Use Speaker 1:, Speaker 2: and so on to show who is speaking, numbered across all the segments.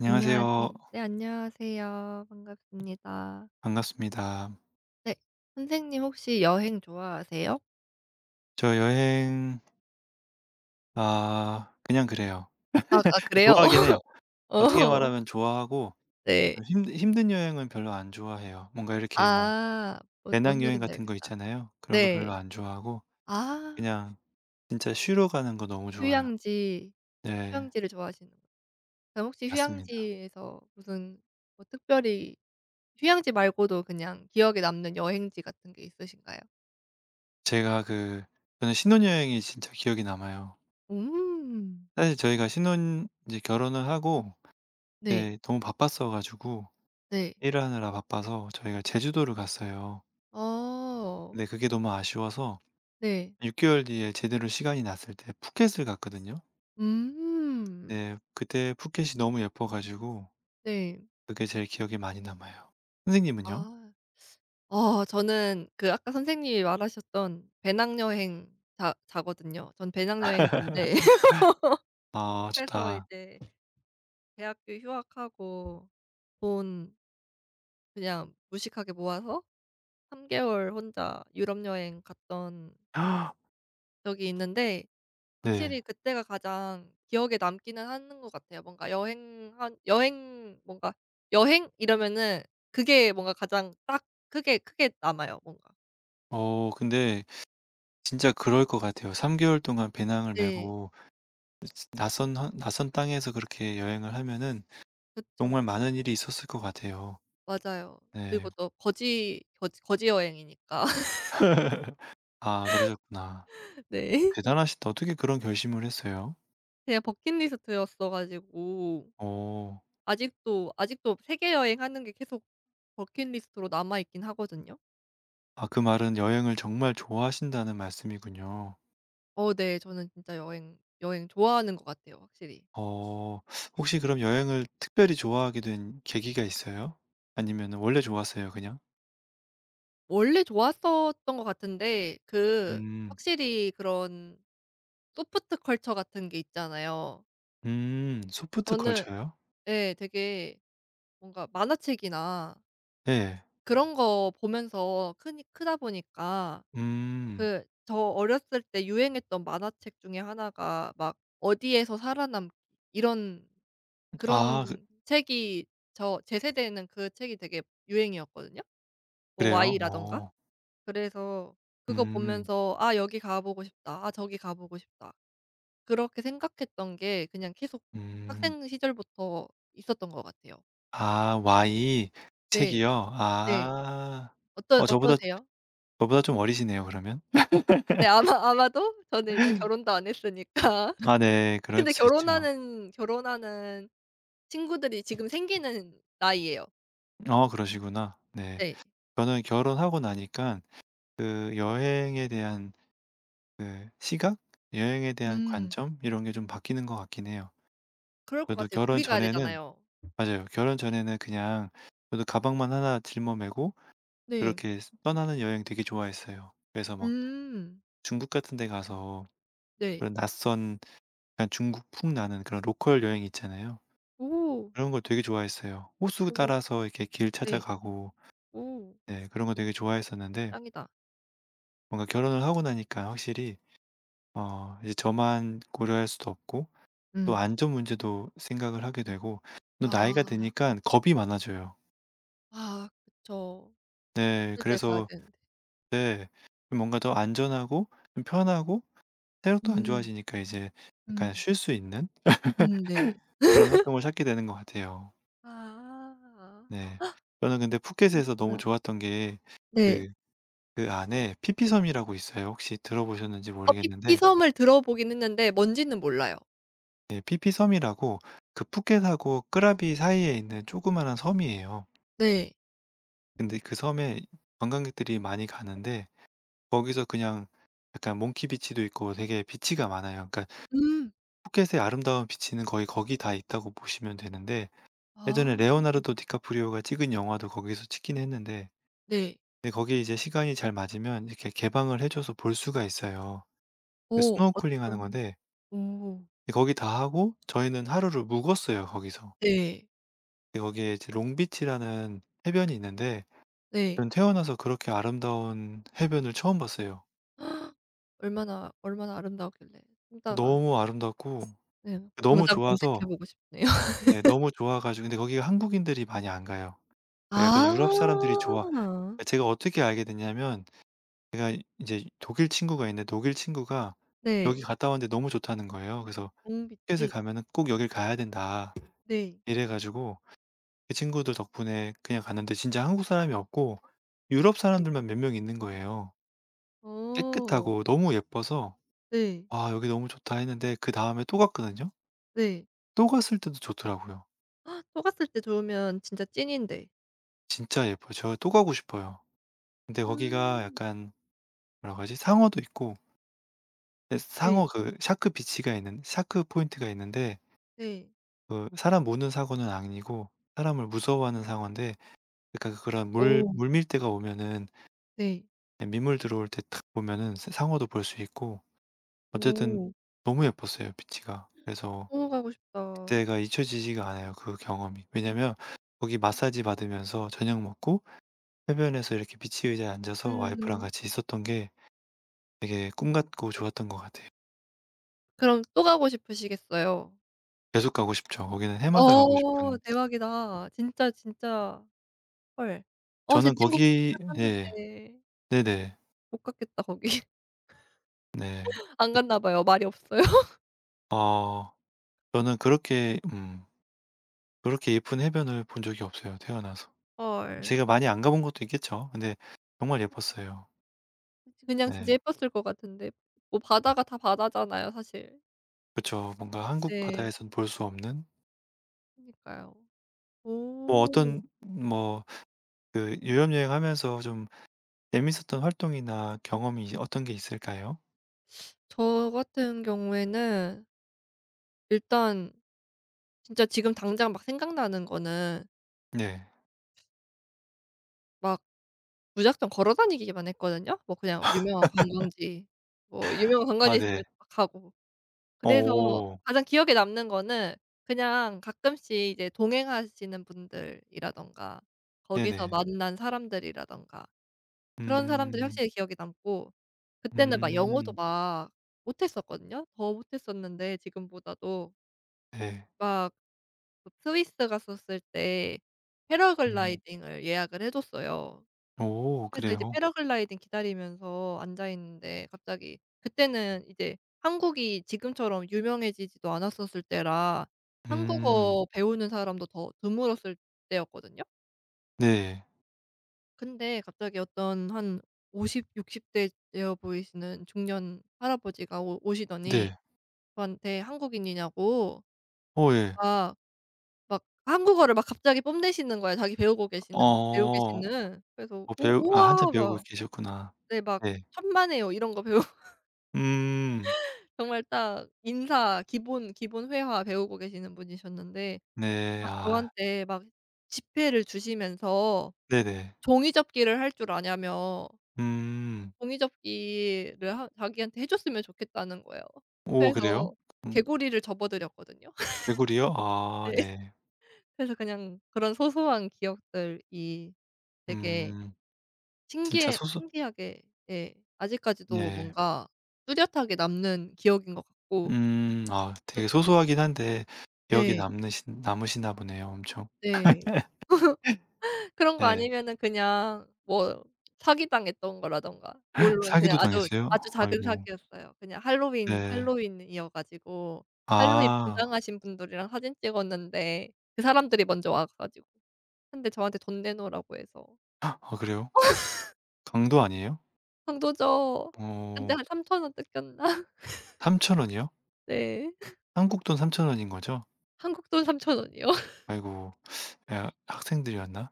Speaker 1: 안녕하세요.
Speaker 2: 안녕하세요. 네, 안녕하세요. 반갑습니다.
Speaker 1: 반갑습니다.
Speaker 2: 네. 선생님 혹시 여행 좋아하세요?
Speaker 1: 저 여행 아 그냥 그래요.
Speaker 2: 아, 그래요?
Speaker 1: 좋아하긴 해요. 어떻게
Speaker 2: 어,
Speaker 1: 말하면 좋아하고
Speaker 2: 네.
Speaker 1: 힘 힘든 여행은 별로 안 좋아해요. 뭔가 이렇게 뭐
Speaker 2: 아. 뭔
Speaker 1: 배낭여행
Speaker 2: 말인지
Speaker 1: 같은 거
Speaker 2: 알겠다.
Speaker 1: 있잖아요. 그런 거 별로
Speaker 2: 네.
Speaker 1: 안 좋아하고
Speaker 2: 아,
Speaker 1: 그냥 진짜 쉬러 가는 거 너무 좋아해요.
Speaker 2: 휴양지,
Speaker 1: 네.
Speaker 2: 휴양지를 좋아하시는 거예요. 그럼 혹시
Speaker 1: 맞습니다.
Speaker 2: 휴양지에서 무슨 뭐 특별히 휴양지 말고도 그냥 기억에 남는 여행지 같은 게 있으신가요?
Speaker 1: 제가 그 저는 신혼여행이 진짜 기억에 남아요.
Speaker 2: 음.
Speaker 1: 사실 저희가 신혼 이제 결혼을 하고
Speaker 2: 네.
Speaker 1: 이제 너무 바빴어 가지고
Speaker 2: 네.
Speaker 1: 일하느라 바빠서 저희가 제주도를 갔어요.
Speaker 2: 어.
Speaker 1: 네 그게 너무 아쉬워서
Speaker 2: 네.
Speaker 1: 6개월 개월 뒤에 제대로 시간이 났을 때 푸켓을 갔거든요.
Speaker 2: 음.
Speaker 1: 네 그때 푸켓이 너무 예뻐 가지고
Speaker 2: 네.
Speaker 1: 그게 제일 기억에 많이 남아요. 선생님은요?
Speaker 2: 아. 어, 저는 그 아까 선생님이 말하셨던 배낭여행자 자거든요 전 배낭여행자인데
Speaker 1: 아
Speaker 2: 그래서
Speaker 1: 좋다.
Speaker 2: 이제 대학교 휴학하고 돈 그냥 무식하게 모아서 3 개월 혼자 유럽 여행 갔던 적이 있는데
Speaker 1: 네.
Speaker 2: 확실히 그때가 가장 기억에 남기는 하는 것 같아요. 뭔가 여행 뭔가 여행 이러면은 그게 뭔가 가장 딱 크게 남아요 뭔가.
Speaker 1: 어 근데 진짜 그럴 것 같아요. 3개월 개월 동안 배낭을
Speaker 2: 네.
Speaker 1: 메고 낯선 땅에서 그렇게 여행을 하면은
Speaker 2: 그쵸.
Speaker 1: 정말 많은 일이 있었을 것 같아요.
Speaker 2: 맞아요.
Speaker 1: 네.
Speaker 2: 그리고 또 거지 여행이니까.
Speaker 1: 아 그러셨구나.
Speaker 2: 네.
Speaker 1: 대단하시다. 어떻게 그런 결심을 했어요?
Speaker 2: 그냥 버킷리스트였어 가지고
Speaker 1: 오
Speaker 2: 아직도 세계 여행하는 게 계속 버킷리스트로 남아 있긴 하거든요.
Speaker 1: 아 그 말은 여행을 정말 좋아하신다는 말씀이군요.
Speaker 2: 어, 네. 저는 진짜 여행 좋아하는 것 같아요 확실히.
Speaker 1: 어 혹시 그럼 여행을 특별히 좋아하게 된 계기가 있어요? 아니면 원래 좋았어요 그냥?
Speaker 2: 원래 좋았었던 것 같은데 그
Speaker 1: 음.
Speaker 2: 확실히 그런 소프트 컬처 같은 게 있잖아요.
Speaker 1: 음 소프트
Speaker 2: 저는
Speaker 1: 컬처요?
Speaker 2: 예 되게 뭔가 만화책이나
Speaker 1: 예.
Speaker 2: 그런 거 보면서 크니 크다 보니까
Speaker 1: 음.
Speaker 2: 그 저 어렸을 때 유행했던 만화책 중에 하나가 막 어디에서 살아남기 이런
Speaker 1: 아 그
Speaker 2: 그런 책이 저 제 세대에는 그 책이 되게 유행이었거든요. 뭐
Speaker 1: 그래요?
Speaker 2: y 라던가
Speaker 1: 어.
Speaker 2: 그래서 그거
Speaker 1: 음.
Speaker 2: 보면서 '아 여기 가 보고 싶다. 아 저기 가 보고 싶다.' 그렇게 생각했던 게 그냥 계속
Speaker 1: 음.
Speaker 2: 학생 시절부터 있었던 것 같아요.
Speaker 1: 아 Y
Speaker 2: 네.
Speaker 1: 책이요?
Speaker 2: 네.
Speaker 1: 아.
Speaker 2: 어떠
Speaker 1: 어 저보다
Speaker 2: 어떠세요?
Speaker 1: 저보다 좀 어리시네요 그러면.
Speaker 2: 네. 아마도 저는 일단 결혼도 안 했으니까.
Speaker 1: 아 네. 그럴
Speaker 2: 근데
Speaker 1: 수 있죠.
Speaker 2: 결혼하는 친구들이 지금 생기는 나이예요.
Speaker 1: 어 그러시구나. 네.
Speaker 2: 네.
Speaker 1: 저는 결혼하고 나니까 그 여행에 대한 그 시각, 여행에 대한
Speaker 2: 음.
Speaker 1: 관점 이런 게 좀 바뀌는 것 같긴 해요.
Speaker 2: 그럴 것
Speaker 1: 저도
Speaker 2: 같아요. 둘
Speaker 1: 결혼
Speaker 2: 이 가야
Speaker 1: 전에는
Speaker 2: 되잖아요.
Speaker 1: 맞아요. 결혼 전에는 그냥 저도 가방만 하나 짊어 메고
Speaker 2: 네.
Speaker 1: 그렇게 떠나는 여행 되게 좋아했어요. 그래서 막
Speaker 2: 음.
Speaker 1: 중국 같은 데 가서
Speaker 2: 네.
Speaker 1: 그런 낯선 약간 중국풍 나는 그런 로컬 여행 있잖아요.
Speaker 2: 오.
Speaker 1: 그런 걸 되게 좋아했어요. 호수
Speaker 2: 어머
Speaker 1: 따라서 이렇게 길
Speaker 2: 네.
Speaker 1: 찾아가고
Speaker 2: 오.
Speaker 1: 네 그런 거 되게 좋아했었는데
Speaker 2: 짱이다.
Speaker 1: 뭔가 결혼을 하고 나니까 확실히 어 이제 저만 고려할 수도 없고 또
Speaker 2: 음.
Speaker 1: 안전 문제도 생각을 하게 되고 또
Speaker 2: 아
Speaker 1: 나이가 드니까
Speaker 2: 안
Speaker 1: 겁이 많아져요.
Speaker 2: 아 그쵸.
Speaker 1: 네.
Speaker 2: 없을 때 가야
Speaker 1: 그래서
Speaker 2: 되는데.
Speaker 1: 네. 좀 뭔가 더 안전하고 좀 편하고 체력도 안
Speaker 2: 음.
Speaker 1: 좋아지니까 이제 약간
Speaker 2: 음.
Speaker 1: 쉴 수 있는
Speaker 2: 음, 네.
Speaker 1: 그런 활동을 찾게 되는 것 같아요.
Speaker 2: 아.
Speaker 1: 네. 저는 근데 푸켓에서 너무
Speaker 2: 그렇구나.
Speaker 1: 좋았던 게
Speaker 2: 네.
Speaker 1: 그 그 안에 피피섬이라고 있어요. 혹시 들어보셨는지
Speaker 2: 어피
Speaker 1: 모르겠는데
Speaker 2: 피섬을 들어보긴 했는데 뭔지는 몰라요.
Speaker 1: 예 피피섬이라고 그 푸켓하고 끄라비 사이에 있는 조그마한 섬이에요.
Speaker 2: 네.
Speaker 1: 근데 그 섬에 관광객들이 많이 가는데 거기서 그냥 약간 몽키비치도 있고 되게 비치가 많아요. 그러니까
Speaker 2: 음.
Speaker 1: 푸켓의 아름다운 비치는 거의 거기 다 있다고 보시면 되는데 예전에
Speaker 2: 아.
Speaker 1: 레오나르도 디카프리오가 찍은 영화도 거기서 찍긴 했는데
Speaker 2: 네.
Speaker 1: 근데 거기에 이제 시간이 잘 맞으면 이렇게 개방을 해 줘서 볼 수가 있어요. 그
Speaker 2: 어
Speaker 1: 스노클링 우 하는
Speaker 2: 어떤
Speaker 1: 건데
Speaker 2: 오.
Speaker 1: 거기 다 하고 저희는 하루를 묵었어요, 거기서.
Speaker 2: 네.
Speaker 1: 근데 거기에 이제 롱비치라는 해변이 있는데
Speaker 2: 네.
Speaker 1: 저는 태어나서 그렇게 아름다운 해변을 처음 봤어요.
Speaker 2: 얼마나, 얼마나 아름다웠길래 찾다가
Speaker 1: 너무 아름답고
Speaker 2: 네,
Speaker 1: 너무
Speaker 2: 당장 검색해
Speaker 1: 좋아서
Speaker 2: 보고 싶네요.
Speaker 1: 네 너무 좋아 가지고 근데 거기 가 한국인들이 많이 안 가요.
Speaker 2: 아.
Speaker 1: 그러니까 약간 유럽 사람들이 좋아 그러니까 제가 어떻게 알게 됐냐면 제가 인제 독일 친구가 있는데 독일 친구가 "여기
Speaker 2: 네.
Speaker 1: 갔다 왔는데 너무 좋다."는 거예요. 그래서 "티켓을
Speaker 2: 종비치.
Speaker 1: 가면은 꼭 여길 가야 된다."
Speaker 2: 네.
Speaker 1: 이래 가지고 그 친구들 덕분에 그냥 갔는데 진짜 한국 사람이 없고 유럽
Speaker 2: 네.
Speaker 1: 사람들만 몇 명 있는 거예요.
Speaker 2: 어.
Speaker 1: 깨끗하고 너무 예뻐서
Speaker 2: 네.
Speaker 1: '아 여기 너무 좋다.' 했는데 그다음에 또 갔거든요.
Speaker 2: 네.
Speaker 1: 또 갔을 때도 좋더라고요.
Speaker 2: 아, 또 갔을 때 좋으면 진짜 찐인데.
Speaker 1: 진짜 예뻐요. 저 또 가고 싶어요. 근데 거기가
Speaker 2: 음.
Speaker 1: 약간 여러 가지 상어도 있고 근데 상어
Speaker 2: 네.
Speaker 1: 그 샤크 비치가 있는 샤크 포인트가 있는데
Speaker 2: 네.
Speaker 1: 그 사람 모는 상어는 아니고 사람을 무서워하는 상어인데 그러니까 그런 물
Speaker 2: 오
Speaker 1: 물밀대가 오면은
Speaker 2: 네.
Speaker 1: 예 민물 들어올 때 탁 보면은 사 상어도 볼 수 있고 어쨌든
Speaker 2: 오.
Speaker 1: 너무 예뻤어요 비치가. 그래서
Speaker 2: 또 가고 싶다.
Speaker 1: 그때가 잊혀지지가 않아요 그 경험이. 왜냐면 거기 마사지 받으면서 저녁 먹고 해변에서 이렇게 비치 의자에 앉아서 와이프랑
Speaker 2: 음.
Speaker 1: 같이 있었던 게 되게 꿈 같고 좋았던 것 같아요.
Speaker 2: 그럼 또 가고 싶으시겠어요?
Speaker 1: 계속 가고 싶죠. 거기는 해마다 가고
Speaker 2: 어,
Speaker 1: 싶은
Speaker 2: 대박이다. 진짜, 진짜. 헐. 어, 제
Speaker 1: 저는
Speaker 2: 친구
Speaker 1: 거기
Speaker 2: 스키장
Speaker 1: 예.
Speaker 2: 갔는데
Speaker 1: 네네.
Speaker 2: 못 갔겠다 거기.
Speaker 1: 네.
Speaker 2: 안
Speaker 1: 그
Speaker 2: 갔나 봐요. 말이 없어요.
Speaker 1: 어 저는 그렇게 그렇게 예쁜 해변을 본 적이 없어요 태어나서. 제가
Speaker 2: 헐.
Speaker 1: 많이 안 가본 것도 있겠죠. 근데 정말 예뻤어요.
Speaker 2: 그냥 진짜
Speaker 1: 네.
Speaker 2: 예뻤을 것 같은데 뭐 바다가 다 바다잖아요 사실.
Speaker 1: 그쵸. 뭔가 한국
Speaker 2: 네.
Speaker 1: 바다에선 볼 수 없는
Speaker 2: 그니까요.
Speaker 1: 뭐
Speaker 2: 오.
Speaker 1: 어떤 뭐 그 유럽 여행하면서 좀 재밌었던 활동이나 경험이 어떤 게 있을까요?
Speaker 2: 저 같은 경우에는 일단 진짜 지금 당장 막 생각나는 거는
Speaker 1: 네.
Speaker 2: 막 무작정 걸어 다니기만 했거든요. 뭐 그냥 유명한 관광지 뭐 유명한
Speaker 1: 아
Speaker 2: 관광지
Speaker 1: 네.
Speaker 2: 있으면 막 가고. 그래서
Speaker 1: 어.
Speaker 2: 가장 기억에 남는 거는 그냥 가끔씩 이제 동행하시는 분들이라든가 거기서
Speaker 1: 네네.
Speaker 2: 만난 사람들이라든가 그런 사람들이
Speaker 1: 음.
Speaker 2: 확실히 기억에 남고 그때는 막 영어도
Speaker 1: 음.
Speaker 2: 막 못했었거든요. 더 못했었는데 지금보다도
Speaker 1: 네.
Speaker 2: 막그 스위스 갔었을 때
Speaker 1: 음.
Speaker 2: 패러글라이딩을 예약을 해 줬어요.
Speaker 1: 오
Speaker 2: 그래서 이제
Speaker 1: 그래요?
Speaker 2: 패러글라이딩 기다리면서 앉아 있는데 갑자기 그때는 이제 한국이 지금처럼 유명해지지도 않았었을 때라
Speaker 1: 음.
Speaker 2: 한국어 배우는 사람도 더 드물었을 때였거든요.
Speaker 1: 네.
Speaker 2: 근데 갑자기 어떤 한 50, 60대 되어 보이시는 중년 할아버지가 오 오시더니
Speaker 1: 네.
Speaker 2: 저한테 한국인이냐고
Speaker 1: 어 예.
Speaker 2: 막 막 한국어를 막 갑자기 뽐내시는 거예요, 자기 배우고 계시는 배우고
Speaker 1: 어
Speaker 2: 계시는. 그래서
Speaker 1: 뭐 배우
Speaker 2: "오
Speaker 1: 아 한참
Speaker 2: 우와."
Speaker 1: 배우고
Speaker 2: 막
Speaker 1: 계셨구나.
Speaker 2: 네 막
Speaker 1: 네.
Speaker 2: "천만에요." 이런 거 배우
Speaker 1: 음.
Speaker 2: 정말 딱 인사 기본 회화 배우고 계시는 분이셨는데
Speaker 1: 네.
Speaker 2: 막
Speaker 1: 아
Speaker 2: 저한테 막 지폐를 주시면서
Speaker 1: 네네.
Speaker 2: 종이 접기를 할 줄 아냐며
Speaker 1: 음.
Speaker 2: 종이 접기를 하 자기한테 해 줬으면 좋겠다는 거예요.
Speaker 1: 오 그래요?
Speaker 2: 그래서
Speaker 1: 음.
Speaker 2: 개구리를 접어드렸거든요.
Speaker 1: 개구리요? 아
Speaker 2: 네.
Speaker 1: 네.
Speaker 2: 그래서 그냥 그런 소소한 기억들이 되게
Speaker 1: 음. 진짜
Speaker 2: 신기해
Speaker 1: 소소
Speaker 2: 신기하게 예 아직까지도
Speaker 1: 네.
Speaker 2: 뭔가 뚜렷하게 남는 기억인 것 같고
Speaker 1: 음. 아
Speaker 2: 그
Speaker 1: 되게 소소하긴 한데 기억에
Speaker 2: 네.
Speaker 1: 남으신 남으시나 보네요 엄청.
Speaker 2: 네. 그런 거
Speaker 1: 네.
Speaker 2: 아니면은 그냥 뭐 사기당했던 거라든가. 물론
Speaker 1: 사기도
Speaker 2: 그냥 아주
Speaker 1: 당했어요?
Speaker 2: 아주 작은
Speaker 1: 아이고.
Speaker 2: 사기였어요. 그냥 할로윈
Speaker 1: 네.
Speaker 2: 할로윈이어 가지고 할로윈
Speaker 1: 아.
Speaker 2: 분장하신 분들이랑 사진 찍었는데 그 사람들이 먼저 와 가지고 근데 저한테 돈 내놓으라고 해서
Speaker 1: 아 그래요? 강도 아니에요?
Speaker 2: "강도죠." 근데
Speaker 1: 어.
Speaker 2: 한 3,000원 뜯겼나?
Speaker 1: 삼천 원이요?
Speaker 2: 네.
Speaker 1: 한국 돈 3,000원 원인 거죠?
Speaker 2: 한국 돈 3,000 원이요.
Speaker 1: 아이고. 야 학생들이었나?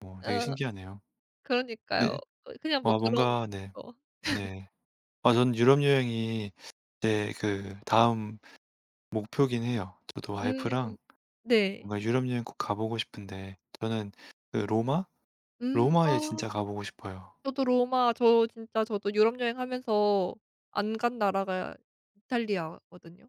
Speaker 1: 뭐 되게
Speaker 2: 어,
Speaker 1: 신기하네요.
Speaker 2: 그러니까요.
Speaker 1: 네.
Speaker 2: 그 그냥 뭐
Speaker 1: 와
Speaker 2: 그런
Speaker 1: 뭔가 네.
Speaker 2: 거.
Speaker 1: 네. 아 저는 유럽 여행이 제 그 다음 목표긴 해요. 저도 와이프랑
Speaker 2: 음. 네.
Speaker 1: 뭔가 유럽 여행 꼭 가 보고 싶은데 저는 그 로마?
Speaker 2: 음.
Speaker 1: 로마에
Speaker 2: 아
Speaker 1: 진짜 가 보고 싶어요.
Speaker 2: 저도 로마 저 진짜 저도 유럽 여행하면서 안 간 나라가 이탈리아거든요.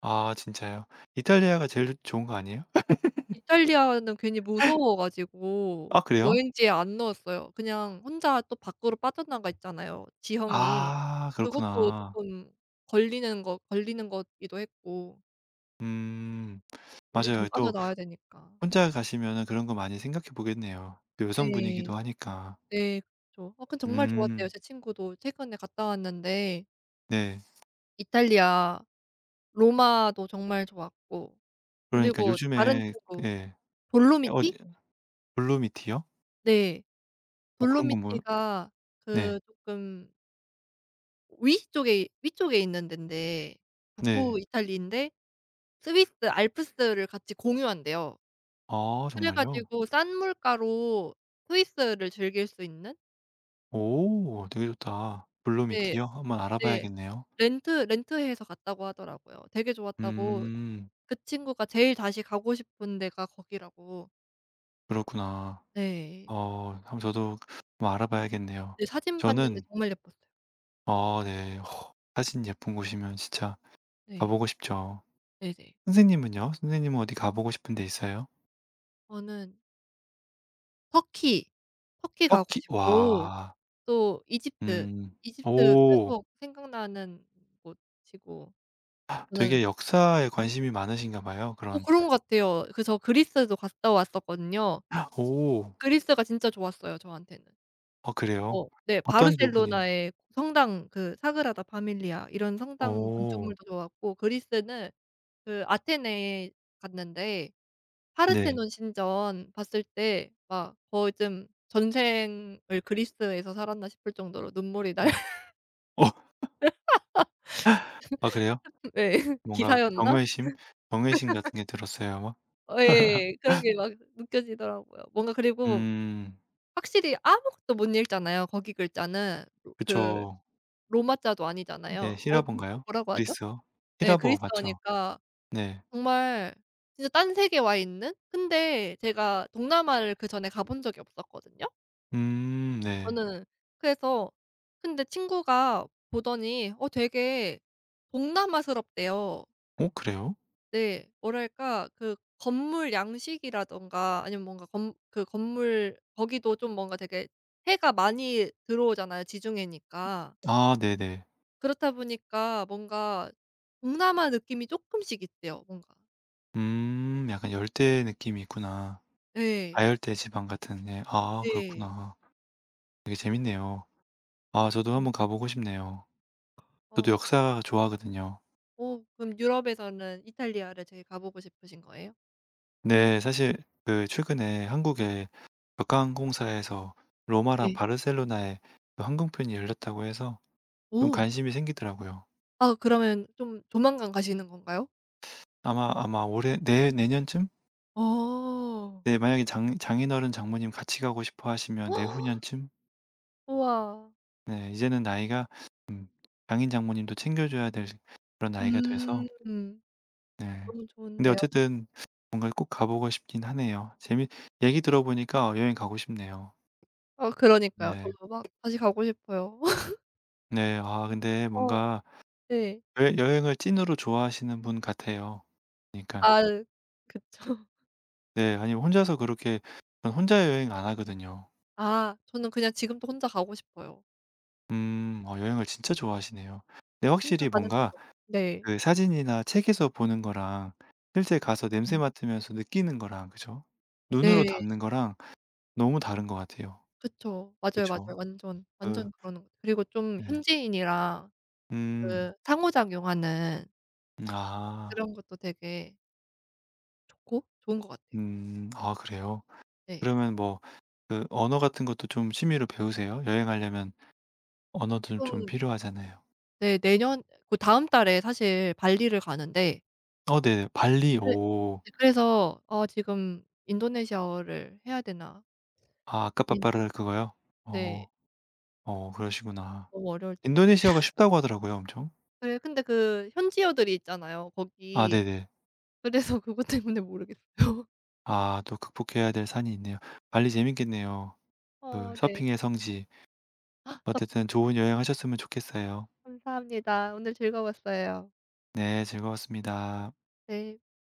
Speaker 1: 아 진짜요? 이탈리아가 제일 좋은 거 아니에요?
Speaker 2: 이탈리아는 괜히 무서워 가지고
Speaker 1: 아 그래요?
Speaker 2: 여행지에 안 넣었어요. 그냥 혼자 또 밖으로 빠져나가 있잖아요, 지형이.
Speaker 1: 아
Speaker 2: 그것도
Speaker 1: 그렇구나.
Speaker 2: 쪼끔 걸리는 거 걸리는 거기도 했고.
Speaker 1: 음.
Speaker 2: 네,
Speaker 1: 맞아요.
Speaker 2: 좀
Speaker 1: 또
Speaker 2: 빠져나와야 되니까.
Speaker 1: 혼자 가시면은 그런 거 많이 생각해 보겠네요. 또
Speaker 2: 네.
Speaker 1: 여성분이기도 하니까.
Speaker 2: 네 그쵸. 아 근데 정말 좋았대요.
Speaker 1: 음.
Speaker 2: 제 친구도 최근에 갔다 왔는데
Speaker 1: 네.
Speaker 2: 이탈리아 로마도 정말 좋았고
Speaker 1: 그러니까
Speaker 2: 그리고 다른
Speaker 1: 요즘에
Speaker 2: 친구
Speaker 1: 예. 어 어,
Speaker 2: 돌로미티?
Speaker 1: 블루미티요?
Speaker 2: 네.
Speaker 1: 어 그런 건 뭘
Speaker 2: 돌로미티가
Speaker 1: 네.
Speaker 2: 그 쪼끔 위쪽에 있는 덴데
Speaker 1: 네.
Speaker 2: 북부 이탈리인데 스위스 알프스를 같이 공유한대요.
Speaker 1: 아
Speaker 2: 그래
Speaker 1: 정말요?
Speaker 2: 가지고 싼 물가로 스위스를 즐길 수 있는
Speaker 1: 오 되게 좋다.
Speaker 2: 네.
Speaker 1: 블루미티요? 한번
Speaker 2: 네.
Speaker 1: 알아봐야겠네요.
Speaker 2: 렌트 렌트해서 갔다고 하더라고요. 되게 좋았다고
Speaker 1: 음.
Speaker 2: 그 친구가 제일 다시 가고 싶은 데가 거기라고.
Speaker 1: 그렇구나.
Speaker 2: 네.
Speaker 1: 어 한번 저도 뭐 알아봐야겠네요.
Speaker 2: 네 사진 봤는데
Speaker 1: 저는
Speaker 2: 정말 예뻤어요.
Speaker 1: 어 네. 사진 예쁜 곳이면 진짜 가
Speaker 2: 네.
Speaker 1: 보고 싶죠.
Speaker 2: 네네.
Speaker 1: 선생님은요? 선생님은 어디 가 보고 싶은 데 있어요?
Speaker 2: 저는 터키, 터키 가고
Speaker 1: 터키.
Speaker 2: 싶고
Speaker 1: 와.
Speaker 2: 또 이집트,
Speaker 1: 음.
Speaker 2: 이집트
Speaker 1: 오.
Speaker 2: 계속 생각나는 곳이고 저는
Speaker 1: 되게 역사에 관심이 많으신가 봐요.
Speaker 2: 어
Speaker 1: 그런
Speaker 2: 그런 것 같아요. 그 저 그리스도 갔다 왔었거든요.
Speaker 1: 오.
Speaker 2: 그리스가 진짜 좋았어요 저한테는.
Speaker 1: 어 그래요?
Speaker 2: 어, 네
Speaker 1: 어떤 부분이
Speaker 2: 바르셀로나의 성당 그 사그라다 파밀리아 이런 성당
Speaker 1: 오오
Speaker 2: 건축물도 좋았고 그리스는 그 아테네에 갔는데
Speaker 1: 네.
Speaker 2: 파르테논 신전 봤을 때 막 거의 좀 전생을 그리스에서 살았나 싶을 정도로 눈물이 날
Speaker 1: 음. 어 아 그래요?
Speaker 2: 예.
Speaker 1: 뭔가
Speaker 2: 기사였나?
Speaker 1: 경외심? 경외심 같은 게 들었어요 막?
Speaker 2: 어 예. 그런 게 막 느껴지더라고요. 뭔가 그리고
Speaker 1: 음.
Speaker 2: 확실히 아무것도 못 읽잖아요. 거기 글자는 로 그
Speaker 1: 그쵸.
Speaker 2: 로마자도
Speaker 1: 네.
Speaker 2: 아니잖아요. 어 뭐
Speaker 1: 히라본가요?
Speaker 2: 뭐라고 하죠?
Speaker 1: 그리스어?
Speaker 2: 예.
Speaker 1: 히라보 맞죠?
Speaker 2: 그리스어니까
Speaker 1: 네.
Speaker 2: 정말 진짜 딴 세계 와 있는? 근데 제가 동남아를 그전에 가본 적이 없었거든요.
Speaker 1: 네.
Speaker 2: 저는 그래서 근데 친구가 보더니 어 되게 동남아스럽대요.
Speaker 1: 어 그래요?
Speaker 2: 네. 뭐랄까 그 건물 양식이라든가 아니면 뭔가 건 그 건물 거기도 좀 뭔가 되게 해가 많이 들어오잖아요 지중해니까.
Speaker 1: 아 네네.
Speaker 2: 그렇다 보니까 뭔가 동남아 느낌이 쪼끔씩 있대요 뭔가.
Speaker 1: 약간 열대 느낌이 있구나.
Speaker 2: 예.
Speaker 1: 아열대 지방 같은 예. 아
Speaker 2: 네.
Speaker 1: 그렇구나. 되게 재밌네요. 아 저도 한번 가 보고 싶네요. 저도
Speaker 2: 어.
Speaker 1: 역사 좋아하거든요.
Speaker 2: 어 그럼 유럽에서는 이탈리아를 제일 가 보고 싶으신 거예요?
Speaker 1: 네 사실 그 최근에 한국의 벽화항공사에서 로마랑
Speaker 2: 네.
Speaker 1: 바르셀로나에 그 항공편이 열렸다고 해서 좀
Speaker 2: 오.
Speaker 1: 관심이 생기더라고요.
Speaker 2: 아 그러면 좀 조만간 가시는 건가요?
Speaker 1: 아마 올해 내 내년쯤?
Speaker 2: 어.
Speaker 1: 네 만약에 장 장인어른 장모님 같이 가고 싶어 하시면 내후년쯤?
Speaker 2: 우와.
Speaker 1: 네 이제는 나이가 음 장인 장모님도 챙겨 줘야 될 그런 나이가 돼서
Speaker 2: 음.
Speaker 1: 네.
Speaker 2: 너무
Speaker 1: 근데
Speaker 2: 좋은데요.
Speaker 1: 어쨌든 뭔가 꼭 가 보고 싶긴 하네요. 재미 얘기 들어 보니까 여행 가고 싶네요.
Speaker 2: 어 그러니까요.
Speaker 1: 네.
Speaker 2: 저도 막 다시 가고 싶어요.
Speaker 1: 네. 아 근데
Speaker 2: 어,
Speaker 1: 뭔가
Speaker 2: 네.
Speaker 1: 여 여행을 찐으로 좋아하시는 분 같아요. 그니까 러
Speaker 2: 아 그쵸.
Speaker 1: 네. 아니 혼자서 그렇게 전 혼자 여행 안 하거든요.
Speaker 2: 아 저는 그냥 지금도 혼자 가고 싶어요.
Speaker 1: 음. 어 여행을 진짜 좋아하시네요. 근데
Speaker 2: 혼자
Speaker 1: 확실히
Speaker 2: 가는 게
Speaker 1: 뭔가
Speaker 2: 더 네.
Speaker 1: 그 사진이나 책에서 보는 거랑 실제 가서 냄새
Speaker 2: 음.
Speaker 1: 맡으면서 느끼는 거랑 그죠? 눈으로
Speaker 2: 네.
Speaker 1: 담는 거랑 너무 다른 것 같아요.
Speaker 2: 그쵸. 맞아요, 맞아요.
Speaker 1: 그쵸?
Speaker 2: 완전,
Speaker 1: 그
Speaker 2: 완전 그러는 것 같아요. 그리고 좀
Speaker 1: 네.
Speaker 2: 현지인이랑
Speaker 1: 음.
Speaker 2: 그 상호작용하는
Speaker 1: 아.
Speaker 2: 그런 것도 되게 좋고 좋은 것 같아요.
Speaker 1: 음. 아 그래요?
Speaker 2: 네.
Speaker 1: 그러면 뭐 그 언어 같은 것도 좀 취미로 배우세요? 여행하려면? 언어들 좀
Speaker 2: 좀
Speaker 1: 필요하잖아요.
Speaker 2: 네 내년 그다음 달에 사실 발리를 가는데
Speaker 1: 어 네. 발리
Speaker 2: 그래
Speaker 1: 오.
Speaker 2: 네 그래서 어 지금 '인도네시아어를 해야 되나?'
Speaker 1: 아
Speaker 2: 고민
Speaker 1: 아까빠빠르 그거요?
Speaker 2: 네.
Speaker 1: 어. 어 그러시구나.
Speaker 2: 너무 어려울 텐데.
Speaker 1: 인도네시아가 쉽다고 하더라고요 엄청.
Speaker 2: 그래 근데 그 현지어들이 있잖아요
Speaker 1: 아
Speaker 2: 거기.
Speaker 1: 네네.
Speaker 2: 그래서 그것 때문에 모르겠어요.
Speaker 1: 아 또 극복해야 될 산이 있네요. 발리 재밌겠네요. 그
Speaker 2: 어, 네.
Speaker 1: 서핑의 성지.
Speaker 2: 커피
Speaker 1: 어쨌든 좋은 여행하셨으면 좋겠어요.
Speaker 2: 감사합니다. 오늘 즐거웠어요.
Speaker 1: 네. 즐거웠습니다.
Speaker 2: 네.